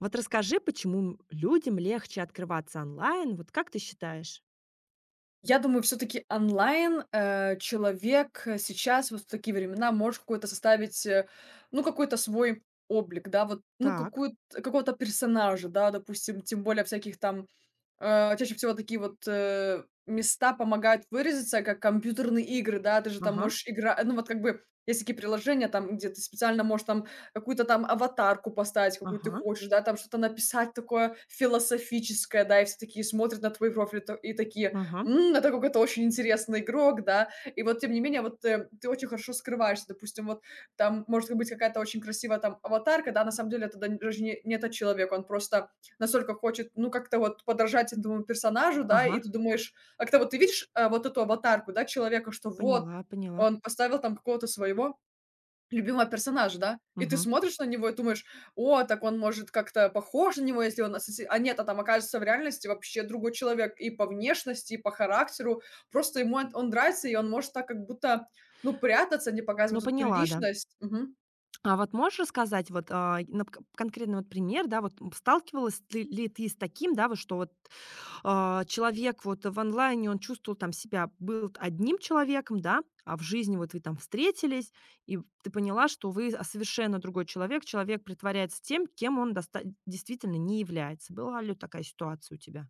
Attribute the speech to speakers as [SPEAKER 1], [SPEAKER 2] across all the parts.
[SPEAKER 1] Вот расскажи, почему людям легче открываться онлайн? Вот как ты считаешь?
[SPEAKER 2] Я думаю, все таки онлайн, человек, сейчас вот в такие времена может какой-то составить, ну, какой-то свой облик, да, вот, ну,
[SPEAKER 1] Так.
[SPEAKER 2] какую-то какого-то персонажа, да, допустим, тем более всяких там. Чаще всего такие вот, места помогают выразиться, как компьютерные игры, да. Ты же там
[SPEAKER 1] Ага,
[SPEAKER 2] можешь игра ну, вот как бы есть такие приложения, там, где ты специально можешь там какую-то там аватарку поставить, какую ты
[SPEAKER 1] ага,
[SPEAKER 2] хочешь, да, там что-то написать такое философическое, да, и все такие смотрят на твой профиль та и такие:
[SPEAKER 1] ага,
[SPEAKER 2] "М, это какой-то очень интересный игрок", да. И вот, тем не менее, вот, ты очень хорошо скрываешься. Допустим, вот там может быть какая-то очень красивая там аватарка, да, на самом деле это да даже не этот человек, он просто настолько хочет, ну, как-то вот подражать этому персонажу, да,
[SPEAKER 1] ага.
[SPEAKER 2] и ты думаешь, а как-то вот ты видишь, а, вот эту аватарку, да, человека, что вот
[SPEAKER 1] Поняла, поняла.
[SPEAKER 2] он поставил там какого-то своего любимого персонажа, да, и ты
[SPEAKER 1] Мгм.
[SPEAKER 2] смотришь на него и думаешь, о, так он может как-то похож на него, если он ассоци... А нет, а там окажется в реальности вообще другой человек и по внешности, и по характеру, просто ему он нравится, и он может так как будто, ну, прятаться, не
[SPEAKER 1] Ну,
[SPEAKER 2] показывать вот эту
[SPEAKER 1] поняла, да.
[SPEAKER 2] личность. Мгм.
[SPEAKER 1] А вот можешь рассказать вот конкретный вот пример, да, вот ли ты с таким, да, вот что вот человек вот в онлайне, он чувствовал там себя, был одним человеком, да, а в жизни вот вы там встретились, и ты поняла, что вы, совершенно другой человек. Человек притворяется тем, кем он доста действительно не является. Была ли такая ситуация у тебя?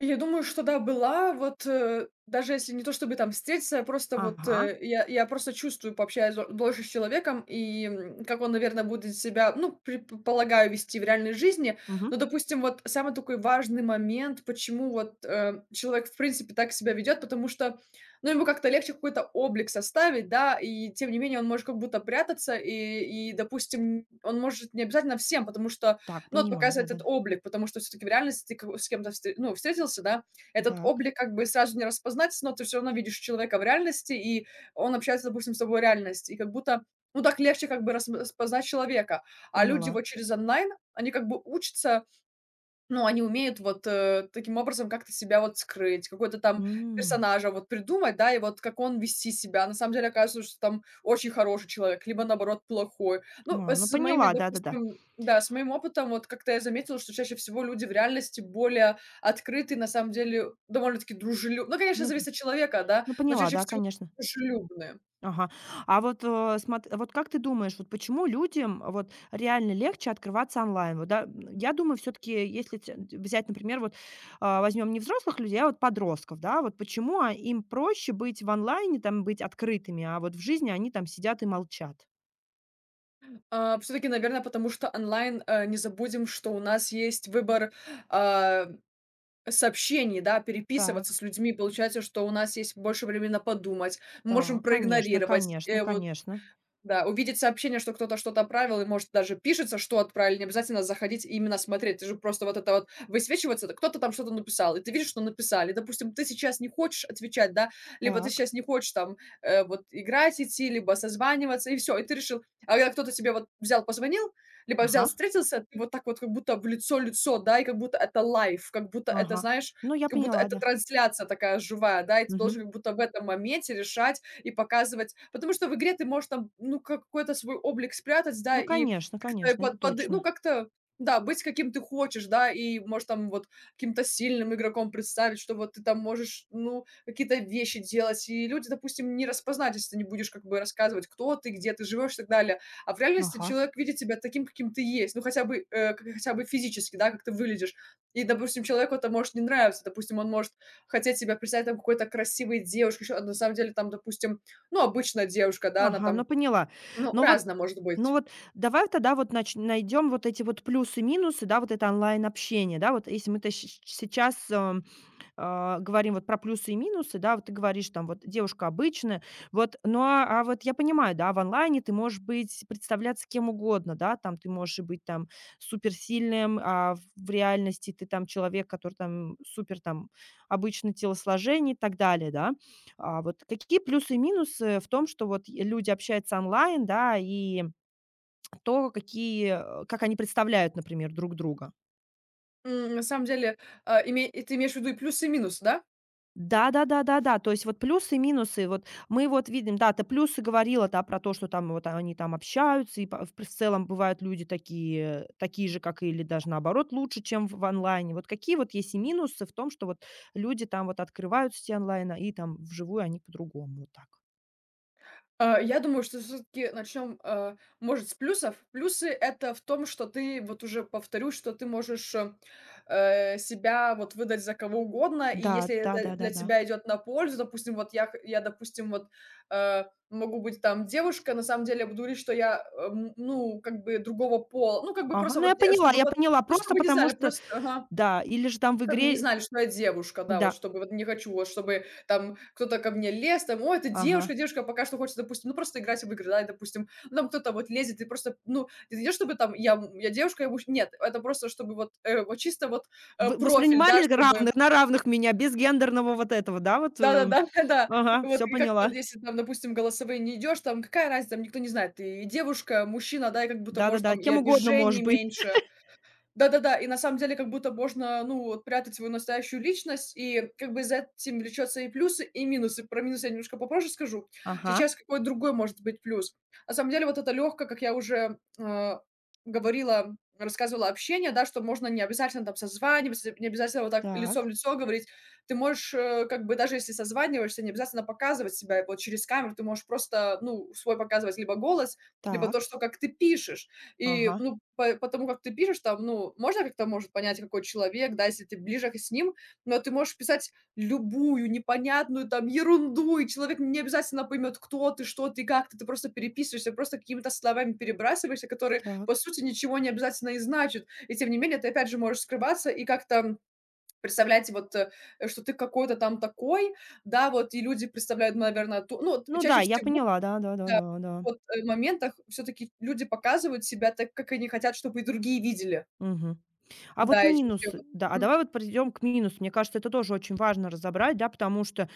[SPEAKER 2] Я думаю, что да, была. Вот, даже если не то чтобы там встретиться, просто вот,
[SPEAKER 1] Ага,
[SPEAKER 2] я просто чувствую, пообщаюсь дол дольше с человеком и, м, как он, наверное, будет себя, ну, предполагаю, вести в реальной жизни.
[SPEAKER 1] мгм.
[SPEAKER 2] Но, допустим, вот самый такой важный момент, почему вот, человек, в принципе, так себя ведет, потому что, ну, ему как-то легче какой-то облик составить, да, и тем не менее он может как будто прятаться, и, допустим, он может не обязательно всем, потому что
[SPEAKER 1] Так,
[SPEAKER 2] ну, вот
[SPEAKER 1] понимаю,
[SPEAKER 2] показывает этот
[SPEAKER 1] да-да-да.
[SPEAKER 2] облик, потому что все-таки в реальности ты ка- с кем-то встр- ну, встретился, да, этот
[SPEAKER 1] Так,
[SPEAKER 2] облик как бы сразу не распознать, но ты все равно видишь человека в реальности, и он общается, допустим, с тобой в реальности, и как будто, ну, так легче как бы рас- распознать человека. А люди
[SPEAKER 1] поняла.
[SPEAKER 2] вот через онлайн, они как бы учатся ну, они умеют вот, таким образом как-то себя вот скрыть, какой-то там
[SPEAKER 1] М.
[SPEAKER 2] персонажа вот придумать, да, и вот как он вести себя. На самом деле оказывается, что там очень хороший человек, либо наоборот плохой. Ну,
[SPEAKER 1] А, ну
[SPEAKER 2] с моими,
[SPEAKER 1] поняла, да-да-да.
[SPEAKER 2] допустим, да, с моим опытом вот как-то я заметила, что чаще всего люди в реальности более открыты, на самом деле довольно-таки дружелюбные. Ну, конечно,
[SPEAKER 1] Ну, тр
[SPEAKER 2] зависит от человека, да,
[SPEAKER 1] ну
[SPEAKER 2] но
[SPEAKER 1] поняла,
[SPEAKER 2] чаще
[SPEAKER 1] да,
[SPEAKER 2] всего
[SPEAKER 1] конечно.
[SPEAKER 2] дружелюбные.
[SPEAKER 1] Ага. А вот, смот вот как ты думаешь, вот почему людям вот реально легче открываться онлайн? Вот, да, я думаю, все таки если тя взять, например, вот, возьмем не взрослых людей, а вот подростков, да, вот почему, им проще быть в онлайне, там, быть открытыми, а вот в жизни они там сидят и молчат?
[SPEAKER 2] А, все-таки, наверное, потому что онлайн, не забудем, что у нас есть выбор, а, сообщений, да, переписываться
[SPEAKER 1] Так,
[SPEAKER 2] с людьми. Получается, что у нас есть больше времени на подумать, мы можем
[SPEAKER 1] так, конечно,
[SPEAKER 2] проигнорировать,
[SPEAKER 1] конечно,
[SPEAKER 2] вот
[SPEAKER 1] конечно.
[SPEAKER 2] да, увидеть сообщение, что кто-то что-то отправил, и, может, даже пишется, что отправили, не обязательно заходить и именно смотреть. Ты же просто вот это вот высвечивается, так кто-то там что-то написал, и ты видишь, что написали. Допустим, ты сейчас не хочешь отвечать, да, либо ты
[SPEAKER 1] Так,
[SPEAKER 2] сейчас не хочешь там вот играть идти, либо созваниваться, и все. И ты решил, а когда кто-то тебе вот взял, позвонил, либо
[SPEAKER 1] ага,
[SPEAKER 2] взял, встретился, ты вот так вот как будто в лицо-лицо, да, и как будто это лайф, как будто это,
[SPEAKER 1] ага.
[SPEAKER 2] знаешь,
[SPEAKER 1] Ну, я
[SPEAKER 2] как будто
[SPEAKER 1] поняла,
[SPEAKER 2] это
[SPEAKER 1] да.
[SPEAKER 2] трансляция такая живая, да, и ты должен
[SPEAKER 1] Мгм.
[SPEAKER 2] как будто в этом моменте решать, и показывать. Потому что в игре ты можешь там, ну, как- какой-то свой облик спрятать, да,
[SPEAKER 1] Ну,
[SPEAKER 2] и
[SPEAKER 1] конечно,
[SPEAKER 2] как-то
[SPEAKER 1] конечно, это
[SPEAKER 2] под, ну,
[SPEAKER 1] точно.
[SPEAKER 2] как-то да, быть каким ты хочешь, да, и можешь там вот каким-то сильным игроком представить, что вот ты там можешь, ну, какие-то вещи делать, и люди, допустим, не распознать, если ты не будешь как бы рассказывать, кто ты, где ты живешь и так далее. А в реальности
[SPEAKER 1] Ага.
[SPEAKER 2] человек видит тебя таким, каким ты есть, ну, хотя бы, как- хотя бы физически, да, как ты выглядишь. И, допустим, человеку это может не нравиться, допустим, он может хотеть себя представить там какой-то красивой девушкой, ещё, а на самом деле там, допустим, ну, обычная девушка, да, она
[SPEAKER 1] Ага, ну
[SPEAKER 2] там,
[SPEAKER 1] поняла.
[SPEAKER 2] ну,
[SPEAKER 1] Но вот
[SPEAKER 2] разная может
[SPEAKER 1] ну
[SPEAKER 2] быть.
[SPEAKER 1] вот давай тогда вот нач найдем вот эти вот плюсы-минусы, да, вот это онлайн-общение, да. Вот если мы-то щ щ сейчас, говорим вот про плюсы и минусы, да, вот ты говоришь там вот девушка обычная, вот, ну, вот я понимаю, да, в онлайне ты можешь быть, представляться кем угодно, да, там ты можешь и быть там суперсильным, а в реальности ты там человек, который там супер там обычно телосложение и так далее, да. А вот какие плюсы и минусы в том, что вот и люди общаются онлайн, да, и то, какие, как они представляют, например, друг друга?
[SPEAKER 2] М, на самом деле, а, име и ты имеешь в виду и плюсы, и минусы, да?
[SPEAKER 1] Да-да-да-да-да. То есть вот плюсы и минусы. Вот мы вот видим, да, ты плюсы говорила, да, про то, что там вот они там общаются, и в целом бывают люди такие же, как и или даже наоборот лучше, чем в онлайне. Вот какие вот есть и минусы в том, что вот люди там вот открывают сети онлайна, и там вживую они по-другому, вот так.
[SPEAKER 2] А, я думаю, что все таки начнем, а, может, с плюсов. Плюсы- это в том, что ты, вот уже повторюсь, что ты можешь, себя вот выдать за кого угодно, и
[SPEAKER 1] Да,
[SPEAKER 2] если это для
[SPEAKER 1] да-да-да-да.
[SPEAKER 2] тебя идет на пользу, допустим, вот я, допустим, вот, могу быть там девушка, на самом деле я буду говорить, что я, ну, как бы другого пола, ну, как бы
[SPEAKER 1] Ага,
[SPEAKER 2] просто
[SPEAKER 1] ну я
[SPEAKER 2] вот,
[SPEAKER 1] поняла
[SPEAKER 2] чтобы
[SPEAKER 1] я
[SPEAKER 2] вот,
[SPEAKER 1] поняла.
[SPEAKER 2] ну,
[SPEAKER 1] Просто
[SPEAKER 2] чтобы не
[SPEAKER 1] потому
[SPEAKER 2] знали
[SPEAKER 1] что
[SPEAKER 2] просто, ага.
[SPEAKER 1] да, или же там в
[SPEAKER 2] Чтоб не
[SPEAKER 1] игре.
[SPEAKER 2] знали, что я девушка, да, вот
[SPEAKER 1] Да,
[SPEAKER 2] чтобы вот не хочу, вот чтобы там кто-то ко мне лез, там, о, это
[SPEAKER 1] ага.
[SPEAKER 2] девушка, девушка пока что хочет, допустим, ну просто играть в игры, да, и, допустим, ну, там кто-то вот лезет, и просто, ну, это не чтобы там я, м, я девушка, я муж- нет, это просто чтобы вот, вот чисто вот
[SPEAKER 1] Вы
[SPEAKER 2] профиль, да,
[SPEAKER 1] воспринимали
[SPEAKER 2] чтобы,
[SPEAKER 1] равных на равных меня, без гендерного вот этого, да, вот?
[SPEAKER 2] да-да-да, да,
[SPEAKER 1] Ага,
[SPEAKER 2] вот
[SPEAKER 1] все
[SPEAKER 2] и как-то,
[SPEAKER 1] поняла.
[SPEAKER 2] вот если там, допустим, голосовые не идешь, там какая разница, там никто не знает, ты и девушка, мужчина, да, и как будто, может,
[SPEAKER 1] Да-да-да,
[SPEAKER 2] там и
[SPEAKER 1] кем угодно может
[SPEAKER 2] обижений
[SPEAKER 1] быть.
[SPEAKER 2] меньше, да-да-да, и на самом деле как будто можно, ну, вот прятать свою настоящую личность, и как бы за этим влечётся и плюсы, и минусы. Про минусы я немножко попозже скажу.
[SPEAKER 1] Ага,
[SPEAKER 2] Сейчас какой другой может быть плюс. На самом деле вот это лёгкое, как я уже, говорила, рассказывала, общение, да, что можно не обязательно там созваниваться, не обязательно вот так лицо в
[SPEAKER 1] так,
[SPEAKER 2] лицо говорить. Ты можешь, как бы даже если созваниваешься, не обязательно показывать себя. И вот через камеру ты можешь просто, ну, свой показывать либо голос, либо то,
[SPEAKER 1] так,
[SPEAKER 2] что как ты пишешь. И,
[SPEAKER 1] ага,
[SPEAKER 2] ну, по потому как ты пишешь там, ну, можно как-то, может, понять, какой человек, да, если ты ближе к с ним, но ты можешь писать любую непонятную там ерунду, и человек не обязательно поймет, кто ты, что ты, как ты. Ты просто переписываешься, просто какими-то словами перебрасываешься, которые, по
[SPEAKER 1] так.
[SPEAKER 2] сути, ничего не обязательно и значат. И тем не менее, ты опять же можешь скрываться и как-то представлять вот, что ты какой-то там такой, да, вот, и люди представляют, наверно, ту ну, вот
[SPEAKER 1] Ну да,
[SPEAKER 2] чаще
[SPEAKER 1] я
[SPEAKER 2] всего
[SPEAKER 1] поняла,
[SPEAKER 2] да,
[SPEAKER 1] да-да-да-да-да.
[SPEAKER 2] вот, моментах все таки люди показывают себя так, как они хотят, чтобы и другие видели.
[SPEAKER 1] Мгм. А
[SPEAKER 2] Да,
[SPEAKER 1] вот
[SPEAKER 2] и чаще
[SPEAKER 1] минусы, да, а
[SPEAKER 2] вот.
[SPEAKER 1] давай вот придем к минусу. Мне кажется, это тоже очень важно разобрать, да, потому что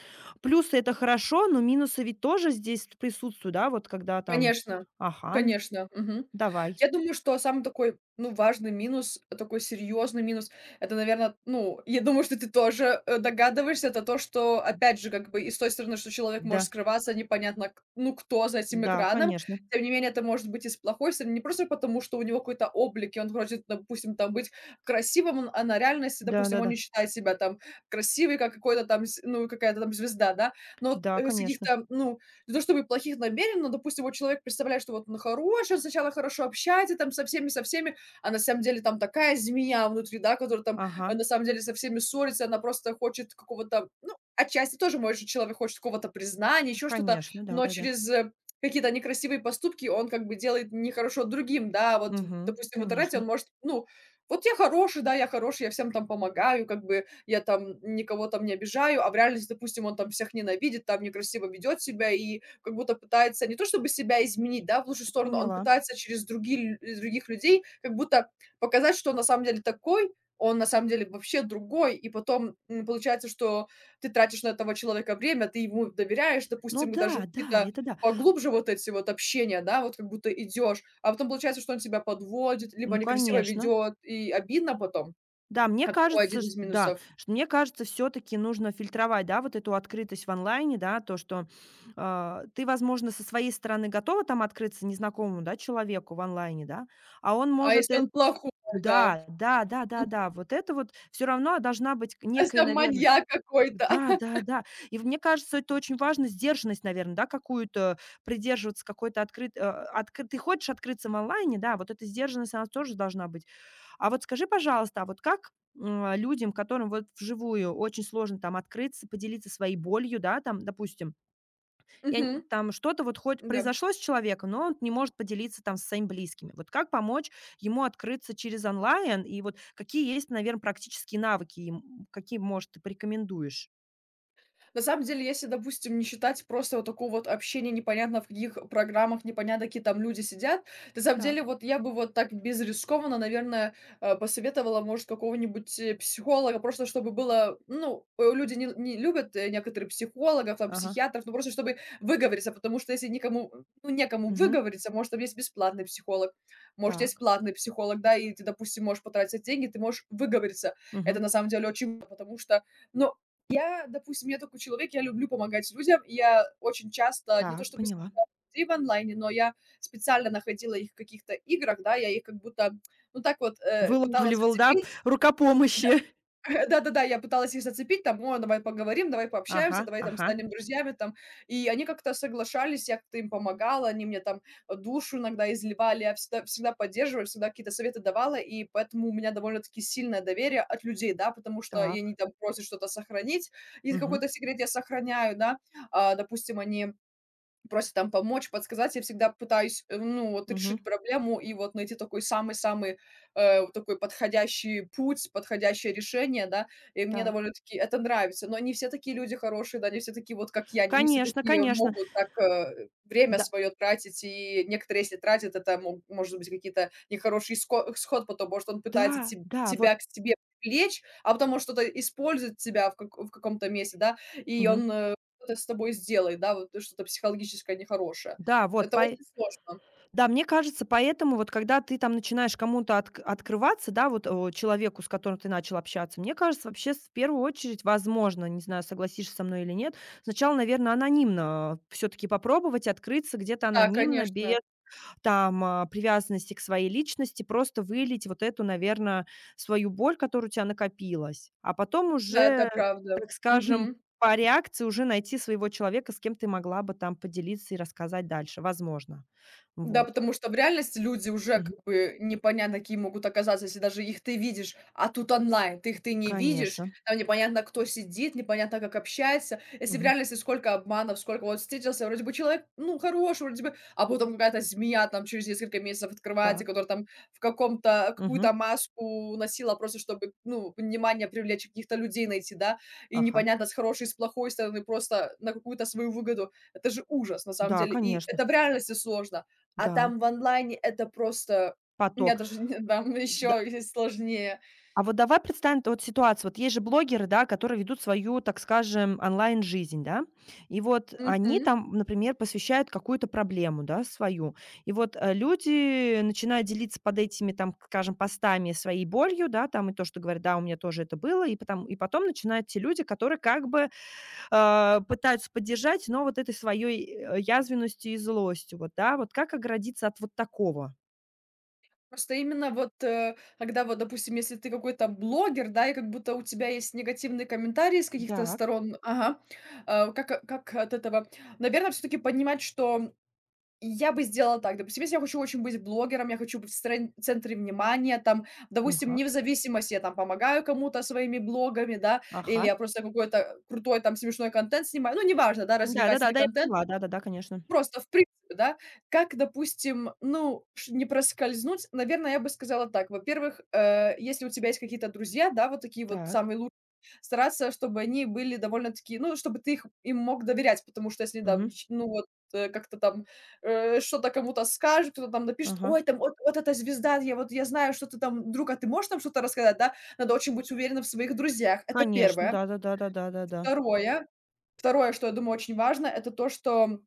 [SPEAKER 1] плюсы- это хорошо, но минусы ведь тоже здесь присутствуют, да, вот когда там.
[SPEAKER 2] Конечно,
[SPEAKER 1] Ага,
[SPEAKER 2] конечно, мгм.
[SPEAKER 1] давай.
[SPEAKER 2] Я думаю, что самый такой, ну, важный минус, такой серьезный минус- это, наверное, ну, я думаю, что ты тоже, догадываешься, это то, что, опять же, как бы и с той стороны, что человек
[SPEAKER 1] Да,
[SPEAKER 2] может скрываться, непонятно к ну, кто за этим
[SPEAKER 1] да,
[SPEAKER 2] экраном.
[SPEAKER 1] конечно.
[SPEAKER 2] Тем не менее, это может быть и с плохой стороны, не просто потому, что у него какой-то облик, и он хочет, допустим, там быть красивым, он а на реальности, допустим, он
[SPEAKER 1] Да-да-да.
[SPEAKER 2] не считает себя там красивой, как какой-то там с ну, какая-то там звезда, да. Но вот,
[SPEAKER 1] Да,
[SPEAKER 2] с
[SPEAKER 1] конечно.
[SPEAKER 2] каких-то, ну, не то чтобы плохих намерений, но, допустим, вот человек представляет, что вот он хороший, он сначала хорошо общается там со всеми, а на самом деле там такая змея внутри, да, которая там
[SPEAKER 1] Ага,
[SPEAKER 2] на самом деле со всеми ссорится, она просто хочет какого-то, ну, отчасти тоже, может, человек хочет какого-то признания, еще что-то,
[SPEAKER 1] конечно,
[SPEAKER 2] но
[SPEAKER 1] да-да-да.
[SPEAKER 2] через какие-то некрасивые поступки он как бы делает нехорошо другим, да, вот,
[SPEAKER 1] Мгм,
[SPEAKER 2] допустим, в интернете
[SPEAKER 1] конечно,
[SPEAKER 2] он может, ну, вот я хороший, да, я хороший, я всем там помогаю, как бы, я там никого там не обижаю, а в реальности, допустим, он там всех ненавидит, там некрасиво ведет себя и как будто пытается не то чтобы себя изменить, да, в лучшую
[SPEAKER 1] ты
[SPEAKER 2] сторону, он
[SPEAKER 1] поняла.
[SPEAKER 2] пытается через другие, лю- других людей как будто показать, что он на самом деле такой, он на самом деле вообще другой, и потом м, получается, что ты тратишь на этого человека время, ты ему доверяешь,
[SPEAKER 1] Ну
[SPEAKER 2] допустим, и
[SPEAKER 1] да,
[SPEAKER 2] даже
[SPEAKER 1] да,
[SPEAKER 2] какие-то
[SPEAKER 1] это да.
[SPEAKER 2] поглубже вот эти вот общения, да, вот как будто идешь, а потом получается, что он тебя подводит, либо
[SPEAKER 1] Ну,
[SPEAKER 2] некрасиво
[SPEAKER 1] конечно.
[SPEAKER 2] ведет, и обидно потом.
[SPEAKER 1] Да, мне
[SPEAKER 2] Это такой
[SPEAKER 1] кажется,
[SPEAKER 2] один
[SPEAKER 1] ш
[SPEAKER 2] из
[SPEAKER 1] да,
[SPEAKER 2] минусов.
[SPEAKER 1] ш мне кажется, все таки нужно фильтровать, да, вот эту открытость в онлайне, да, то, что, ты, возможно, со своей стороны готова там открыться незнакомому, да, человеку в онлайне, да, а он
[SPEAKER 2] А
[SPEAKER 1] может
[SPEAKER 2] если
[SPEAKER 1] эт
[SPEAKER 2] он плохой, да.
[SPEAKER 1] Да, да,
[SPEAKER 2] Мгм.
[SPEAKER 1] да-да-да, вот это вот все равно должна быть
[SPEAKER 2] А если
[SPEAKER 1] некая,
[SPEAKER 2] там
[SPEAKER 1] наверное.
[SPEAKER 2] маньяк какой-то?
[SPEAKER 1] Да, да, да. И в мне кажется, это очень важно, сдержанность, наверное, да, какую-то придерживаться, какой-то открыт э, откры ты хочешь открыться в онлайне, да, вот эта сдержанность, она тоже должна быть. А вот скажи, пожалуйста, а вот как, людям, которым вот вживую очень сложно там открыться, поделиться своей болью, да, там, допустим, я нь
[SPEAKER 2] Мгм.
[SPEAKER 1] там что-то вот хоть
[SPEAKER 2] Да.
[SPEAKER 1] произошло с человеком, но он не может поделиться там со своими близкими. Вот как помочь ему открыться через онлайн? И вот какие есть, наверное, практические навыки им, какие, может, ты порекомендуешь?
[SPEAKER 2] На самом деле, если, допустим, не считать просто вот такого вот общения, непонятно в каких программах, непонятно какие там люди сидят, на самом
[SPEAKER 1] Так.
[SPEAKER 2] деле вот я бы вот так безрискованно, наверное, посоветовала, может, какого-нибудь психолога, просто чтобы было, ну, люди не любят некоторых психологов, там,
[SPEAKER 1] Ага.
[SPEAKER 2] психиатров, ну, просто чтобы выговориться, потому что если никому, ну, некому
[SPEAKER 1] Мгм.
[SPEAKER 2] выговориться, может, там есть бесплатный психолог, может, есть
[SPEAKER 1] Так.
[SPEAKER 2] платный психолог, да, и ты, допустим, можешь потратить деньги, ты можешь выговориться. Это, на
[SPEAKER 1] Мгм.
[SPEAKER 2] самом деле, очень, потому что ну, допустим, я такой человек, я люблю помогать людям. И я очень часто, не то
[SPEAKER 1] Так,
[SPEAKER 2] чтобы
[SPEAKER 1] поняла.
[SPEAKER 2] искала людей в онлайне, но я специально находила их в каких-то играх, да, я их как будто, ну, так вот, пыталась
[SPEAKER 1] Вылавливал, да, п
[SPEAKER 2] зацепить.
[SPEAKER 1] рука помощи.
[SPEAKER 2] Да-да-да, я пыталась их зацепить, там: "О, давай поговорим, давай
[SPEAKER 1] Ага,
[SPEAKER 2] пообщаемся, давай там
[SPEAKER 1] ага.
[SPEAKER 2] станем друзьями", там. И они как-то соглашались, я как-то им помогала, они мне там, душу иногда изливали, я всегда поддерживала, всегда какие-то советы давала, и поэтому у меня довольно-таки сильное доверие от людей, да, потому что и
[SPEAKER 1] Так.
[SPEAKER 2] они там просят что-то сохранить, и какой-то
[SPEAKER 1] Мгм.
[SPEAKER 2] секрет я сохраняю, да. А, допустим, они просят там помочь, подсказать. Я всегда пытаюсь, ну, вот
[SPEAKER 1] Мгм.
[SPEAKER 2] решить проблему и вот найти такой самый-самый, вот такой подходящий путь, подходящее решение, да. И мне
[SPEAKER 1] Так.
[SPEAKER 2] довольно-таки это нравится. Но не все такие люди хорошие, да, не все такие вот, как я, не все
[SPEAKER 1] Конечно,
[SPEAKER 2] такие
[SPEAKER 1] конечно.
[SPEAKER 2] могут так время
[SPEAKER 1] Да,
[SPEAKER 2] свое тратить. И некоторые, если тратят, это может быть какие-то нехороший исход потом. Может, он пытается
[SPEAKER 1] да, да,
[SPEAKER 2] тебя
[SPEAKER 1] вот.
[SPEAKER 2] к себе привлечь, а потом он что-то использует тебя в, в каком-то месте, да, и
[SPEAKER 1] Мгм.
[SPEAKER 2] он что-то с тобой сделает, да, вот что-то психологическое нехорошее.
[SPEAKER 1] Да, вот
[SPEAKER 2] Это
[SPEAKER 1] пое
[SPEAKER 2] очень сложно.
[SPEAKER 1] да, мне кажется, поэтому вот когда ты там начинаешь кому-то открываться, да, человеку, с которым ты начал общаться, мне кажется, вообще, с в первую очередь, возможно, не знаю, согласишься со мной или нет, сначала, наверное, анонимно, все таки попробовать открыться где-то
[SPEAKER 2] Да,
[SPEAKER 1] анонимно,
[SPEAKER 2] конечно.
[SPEAKER 1] без там, привязанности к своей личности, просто вылить вот эту, наверное, свою боль, которая у тебя накопилась. А потом
[SPEAKER 2] Да, это
[SPEAKER 1] уже,
[SPEAKER 2] правда.
[SPEAKER 1] так скажем,
[SPEAKER 2] Мгм.
[SPEAKER 1] по реакции уже найти своего человека, с кем ты могла бы там поделиться и рассказать дальше, возможно.
[SPEAKER 2] Да,
[SPEAKER 1] Вот.
[SPEAKER 2] потому что в реальности люди уже
[SPEAKER 1] Мгм.
[SPEAKER 2] как бы непонятно какие могут оказаться, если даже их ты видишь, а тут онлайн, ты не видишь,
[SPEAKER 1] Конечно.
[SPEAKER 2] там непонятно, кто сидит, непонятно, как общается. Если в
[SPEAKER 1] Мгм.
[SPEAKER 2] реальности сколько обманов, сколько вот встретился, вроде бы человек, ну, хороший, вроде бы, а потом какая-то змея там через несколько месяцев открывается,
[SPEAKER 1] Так.
[SPEAKER 2] которая там в каком-то,
[SPEAKER 1] Мгм.
[SPEAKER 2] какую-то маску носила просто, чтобы, ну, внимание привлечь, каких-то людей найти, да, и
[SPEAKER 1] Ага.
[SPEAKER 2] непонятно, с хорошей, с плохой стороны, просто на какую-то свою выгоду. Это же ужас, на самом
[SPEAKER 1] Да,
[SPEAKER 2] деле, и
[SPEAKER 1] конечно.
[SPEAKER 2] это в реальности сложно. А
[SPEAKER 1] Да.
[SPEAKER 2] там в онлайне это просто я
[SPEAKER 1] Поток.
[SPEAKER 2] даже не там еще и сложнее.
[SPEAKER 1] А вот давай представим т вот ситуацию. Вот есть же блогеры, да, которые ведут свою, так скажем, онлайн-жизнь, да. И вот
[SPEAKER 2] Мгм.
[SPEAKER 1] они там, например, посвящают какую-то проблему, да, свою. И вот, люди начинают делиться под этими, там, скажем, постами своей болью, да, там, и то, что говорят: "Да, у меня тоже это было". И потом начинают те люди, которые как бы, пытаются поддержать, но вот этой своей, язвенностью и злостью. Вот, да, вот как оградиться от вот такого?
[SPEAKER 2] Просто именно вот, когда вот, допустим, если ты какой-то блогер, да, и как будто у тебя есть негативные комментарии с каких-то
[SPEAKER 1] Так.
[SPEAKER 2] сторон. Ага. Как от этого? Наверное, все таки понимать, что я бы сделала так. Допустим, если я хочу очень быть блогером, я хочу быть в стрен центре внимания, там, допустим,
[SPEAKER 1] Ага.
[SPEAKER 2] не в зависимости, я там помогаю кому-то своими блогами, да, или
[SPEAKER 1] Ага.
[SPEAKER 2] я просто какой-то крутой там смешной контент снимаю, ну, неважно, да,
[SPEAKER 1] Да-да-да, да, да,
[SPEAKER 2] развлекательный
[SPEAKER 1] да, я
[SPEAKER 2] контент.
[SPEAKER 1] поняла. Да-да-да, конечно.
[SPEAKER 2] Просто в принципе, да. Как, допустим, ну, ш не проскользнуть? Наверное, я бы сказала так. Во-первых, если у тебя есть какие-то друзья, да, вот такие вот
[SPEAKER 1] Так.
[SPEAKER 2] самые лучшие, стараться, чтобы они были довольно-таки, ну, чтобы ты их им мог доверять, потому что если, да,
[SPEAKER 1] Мгм.
[SPEAKER 2] нич ну, вот, как-то там, что-то кому-то скажет, кто-то там напишет:
[SPEAKER 1] Ага.
[SPEAKER 2] "Ой, там вот вот эта звезда, я вот я знаю, что ты там, друг, а ты можешь там что-то рассказать?" Да, надо очень быть уверенным в своих друзьях. Это
[SPEAKER 1] Конечно.
[SPEAKER 2] первое.
[SPEAKER 1] Да-да-да, да-да-да-да.
[SPEAKER 2] Второе, второе, что я думаю очень важно, это то, что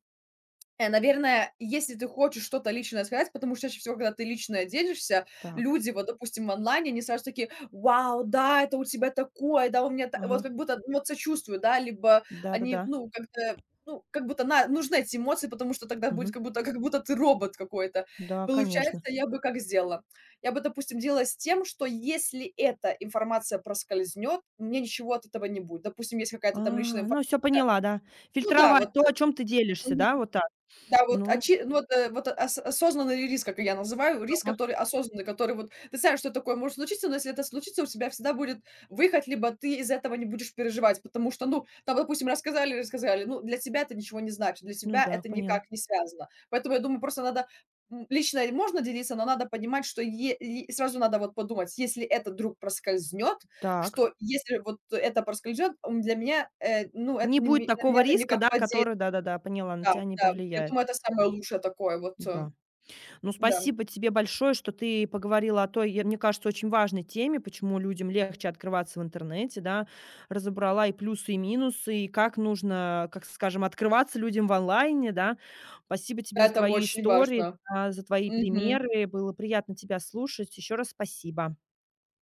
[SPEAKER 2] Наверное, если ты хочешь что-то личное сказать, потому что чаще всего, когда ты личное делишься,
[SPEAKER 1] Так.
[SPEAKER 2] люди, вот, допустим, в онлайне, они сразу такие: "Вау, да, это у тебя такое, да, у меня та" Вот
[SPEAKER 1] Ага.
[SPEAKER 2] как будто, ну, вот сочувствую, да, либо они,
[SPEAKER 1] Да-да-да.
[SPEAKER 2] ну, как-то, ну, как будто на нужны эти эмоции, потому что тогда будет как
[SPEAKER 1] Мгм.
[SPEAKER 2] будто как будто ты робот какой-то.
[SPEAKER 1] Да, конечно.
[SPEAKER 2] Получается, я бы как сделала? Я бы, допустим, делала с тем, что если эта информация проскользнет, мне ничего от этого не будет. Допустим, есть
[SPEAKER 1] А,
[SPEAKER 2] какая-то там личная
[SPEAKER 1] ну, все
[SPEAKER 2] информация.
[SPEAKER 1] поняла, да.
[SPEAKER 2] Ну да, вот,
[SPEAKER 1] Фильтровать то, о чем ты делишься, да, вот так?
[SPEAKER 2] да, вот,
[SPEAKER 1] Ну,
[SPEAKER 2] очи ну, вот, вот ос осознанный риск, как я называю, риск,
[SPEAKER 1] ага.
[SPEAKER 2] который осознанный, который вот ты знаешь, что такое может случиться, но если это случится, у тебя всегда будет выход, либо ты из этого не будешь переживать, потому что, ну, там, допустим, рассказали, рассказали, ну, для тебя это ничего не значит, для
[SPEAKER 1] Ну
[SPEAKER 2] тебя
[SPEAKER 1] да,
[SPEAKER 2] это
[SPEAKER 1] поняла.
[SPEAKER 2] никак не связано. Поэтому, я думаю, просто надо, лично можно делиться, но надо понимать, что е и сразу надо вот подумать, если это вдруг проскользнет,
[SPEAKER 1] Так.
[SPEAKER 2] что если вот это проскользнет, для меня, ну, это
[SPEAKER 1] Не
[SPEAKER 2] не
[SPEAKER 1] будет
[SPEAKER 2] ми- на
[SPEAKER 1] такого
[SPEAKER 2] меня это
[SPEAKER 1] риска,
[SPEAKER 2] никак
[SPEAKER 1] да,
[SPEAKER 2] не
[SPEAKER 1] который да-да-да, поняла, на
[SPEAKER 2] да,
[SPEAKER 1] тебя не
[SPEAKER 2] да. Я
[SPEAKER 1] повлияет.
[SPEAKER 2] думаю, это самое лучшее такое вот,
[SPEAKER 1] Да. Ну,
[SPEAKER 2] да.
[SPEAKER 1] спасибо тебе большое, что ты поговорила о той, мне кажется, очень важной теме, почему людям легче открываться в интернете, да, разобрала и плюсы, и минусы, и как нужно, как скажем, открываться людям в онлайне, да. Спасибо тебе за
[SPEAKER 2] Это
[SPEAKER 1] твою
[SPEAKER 2] очень
[SPEAKER 1] историю,
[SPEAKER 2] важно.
[SPEAKER 1] да, за твои
[SPEAKER 2] Мгм.
[SPEAKER 1] примеры, было приятно тебя слушать, еще раз спасибо.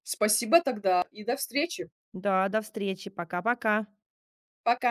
[SPEAKER 2] Спасибо тогда и до встречи.
[SPEAKER 1] Да, до встречи, пока-пока.
[SPEAKER 2] Пока.